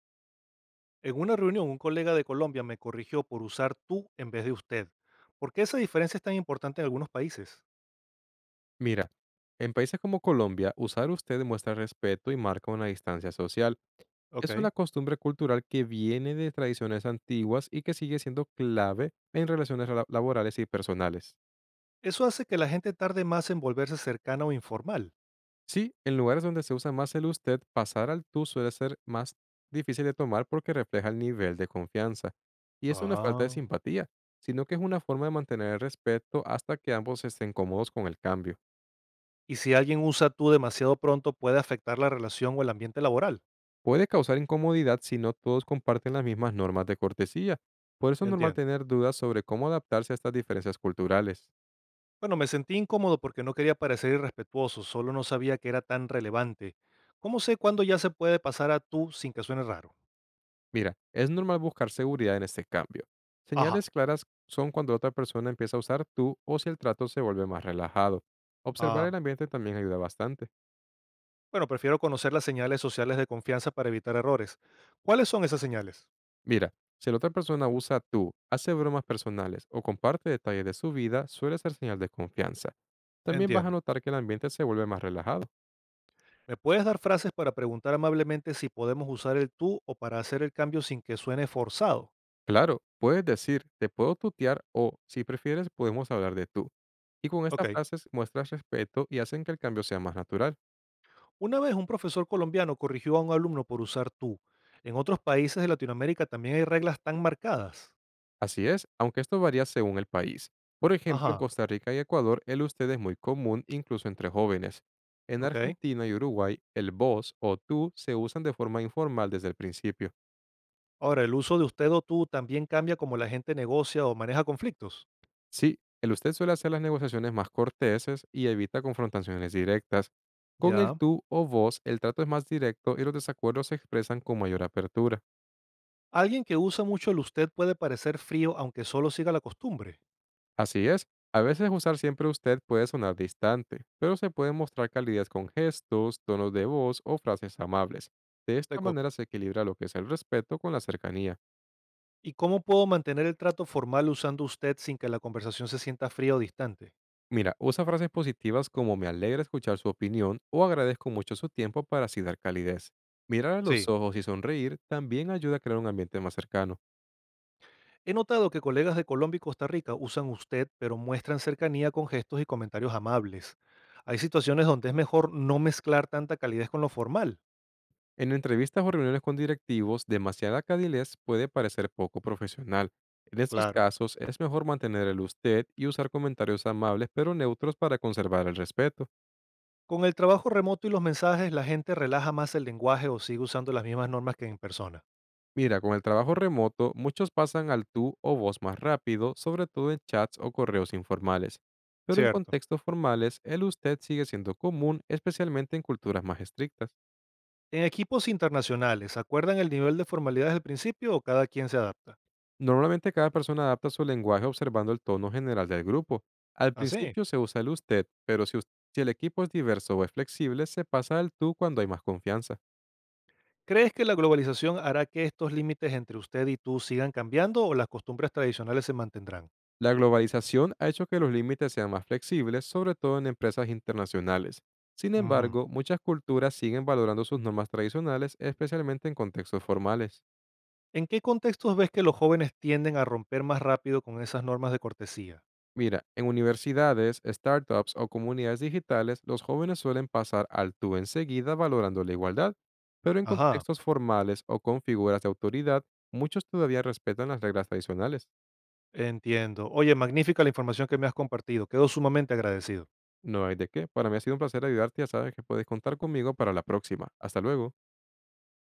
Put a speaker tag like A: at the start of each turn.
A: En una reunión, un colega de Colombia me corrigió por usar tú en vez de usted. ¿Por qué esa diferencia es tan importante en algunos países?
B: Mira, en países como Colombia, usar usted demuestra respeto y marca una distancia social. Es una
A: Ok.
B: costumbre cultural que viene de tradiciones antiguas y que sigue siendo clave en relaciones laborales y personales.
A: Eso hace que la gente tarde más en volverse cercana o informal.
B: Sí, en lugares donde se usa más el usted, pasar al tú suele ser más difícil de tomar porque refleja el nivel de confianza. Y es una falta de
A: Ah.
B: simpatía, sino que es una forma de mantener el respeto hasta que ambos estén cómodos con el cambio.
A: Y si alguien usa tú demasiado pronto, puede afectar la relación o el ambiente laboral.
B: Puede causar incomodidad si no todos comparten las mismas normas de cortesía. Por eso es normal
A: Entiendo.
B: tener dudas sobre cómo adaptarse a estas diferencias culturales.
A: Bueno, me sentí incómodo porque no quería parecer irrespetuoso, solo no sabía que era tan relevante. ¿Cómo sé cuándo ya se puede pasar a tú sin que suene raro?
B: Mira, es normal buscar seguridad en este cambio.
A: Ajá.
B: Señales claras son cuando la otra persona empieza a usar tú o si el trato se vuelve más relajado. Observar el
A: Ah,
B: ambiente también ayuda bastante.
A: bueno, prefiero conocer las señales sociales de confianza para evitar errores. ¿Cuáles son esas señales?
B: Mira, si la otra persona usa tú, hace bromas personales o comparte detalles de su vida, suele ser señal de confianza. También vas a
A: Entiendo.
B: notar que el ambiente se vuelve más relajado.
A: ¿Me puedes dar frases para preguntar amablemente si podemos usar el tú o para hacer el cambio sin que suene forzado?
B: Claro, puedes decir, te puedo tutear o, si prefieres, podemos hablar de tú. Y con estas
A: Ok.
B: frases muestras respeto y hacen que el cambio sea más natural.
A: Una vez un profesor colombiano corrigió a un alumno por usar tú. En otros países de Latinoamérica también hay reglas tan marcadas.
B: Así es, aunque esto varía según el país. Por ejemplo, en
A: Ajá,
B: Costa Rica y Ecuador, el usted es muy común incluso entre jóvenes. En
A: ok.
B: Argentina y Uruguay, el vos o tú se usan de forma informal desde el principio.
A: Ahora, el uso de usted o tú también cambia como la gente negocia o maneja conflictos.
B: Sí, el usted suele hacer las negociaciones más corteses y evita confrontaciones directas. Con el
A: Ya.
B: tú o vos, el trato es más directo y los desacuerdos se expresan con mayor apertura.
A: Alguien que usa mucho el usted puede parecer frío aunque solo siga la costumbre.
B: Así es, a veces usar siempre usted puede sonar distante, pero se puede mostrar calidez con gestos, tonos de voz o frases amables. De
A: Te
B: esta manera
A: copio.
B: se equilibra lo que es el respeto con la cercanía.
A: ¿Y cómo puedo mantener el trato formal usando usted sin que la conversación se sienta fría o distante?
B: Mira, usa frases positivas como me alegra escuchar su opinión o agradezco mucho su tiempo para así dar calidez. Mirar a los
A: Sí,
B: ojos y sonreír también ayuda a crear un ambiente más cercano.
A: he notado que colegas de Colombia y Costa Rica usan usted, pero muestran cercanía con gestos y comentarios amables. Hay situaciones donde es mejor no mezclar tanta calidez con lo formal.
B: En entrevistas o reuniones con directivos, demasiada cadilez puede parecer poco profesional. En estos
A: Claro.
B: casos, es mejor mantener el usted y usar comentarios amables pero neutros para conservar el respeto.
A: Con el trabajo remoto y los mensajes, la gente relaja más el lenguaje o sigue usando las mismas normas que en persona.
B: Mira, con el trabajo remoto, muchos pasan al tú o vos más rápido, sobre todo en chats o correos informales. Pero en
A: Cierto.
B: contextos formales, el usted sigue siendo común, especialmente en culturas más estrictas.
A: En equipos internacionales, ¿acuerdan el nivel de formalidad desde el principio o cada quien se adapta?
B: Normalmente cada persona adapta su lenguaje observando el tono general del grupo. Al
A: Así.
B: principio se usa el usted, pero si el equipo es diverso o es flexible, se pasa al tú cuando hay más confianza.
A: ¿Crees que la globalización hará que estos límites entre usted y tú sigan cambiando o las costumbres tradicionales se mantendrán?
B: La globalización ha hecho que los límites sean más flexibles, sobre todo en empresas internacionales. Sin
A: Ujú.
B: embargo, muchas culturas siguen valorando sus normas tradicionales, especialmente en contextos formales.
A: ¿En qué contextos ves que los jóvenes tienden a romper más rápido con esas normas de cortesía?
B: Mira, en universidades, startups o comunidades digitales, los jóvenes suelen pasar al tú enseguida valorando la igualdad, pero en
A: Ajá,
B: contextos formales o con figuras de autoridad, muchos todavía respetan las reglas tradicionales.
A: entiendo. Oye, magnífica la información que me has compartido. Quedo sumamente agradecido.
B: No hay de qué. Para mí ha sido un placer ayudarte. Ya sabes que puedes contar conmigo para la próxima. Hasta luego.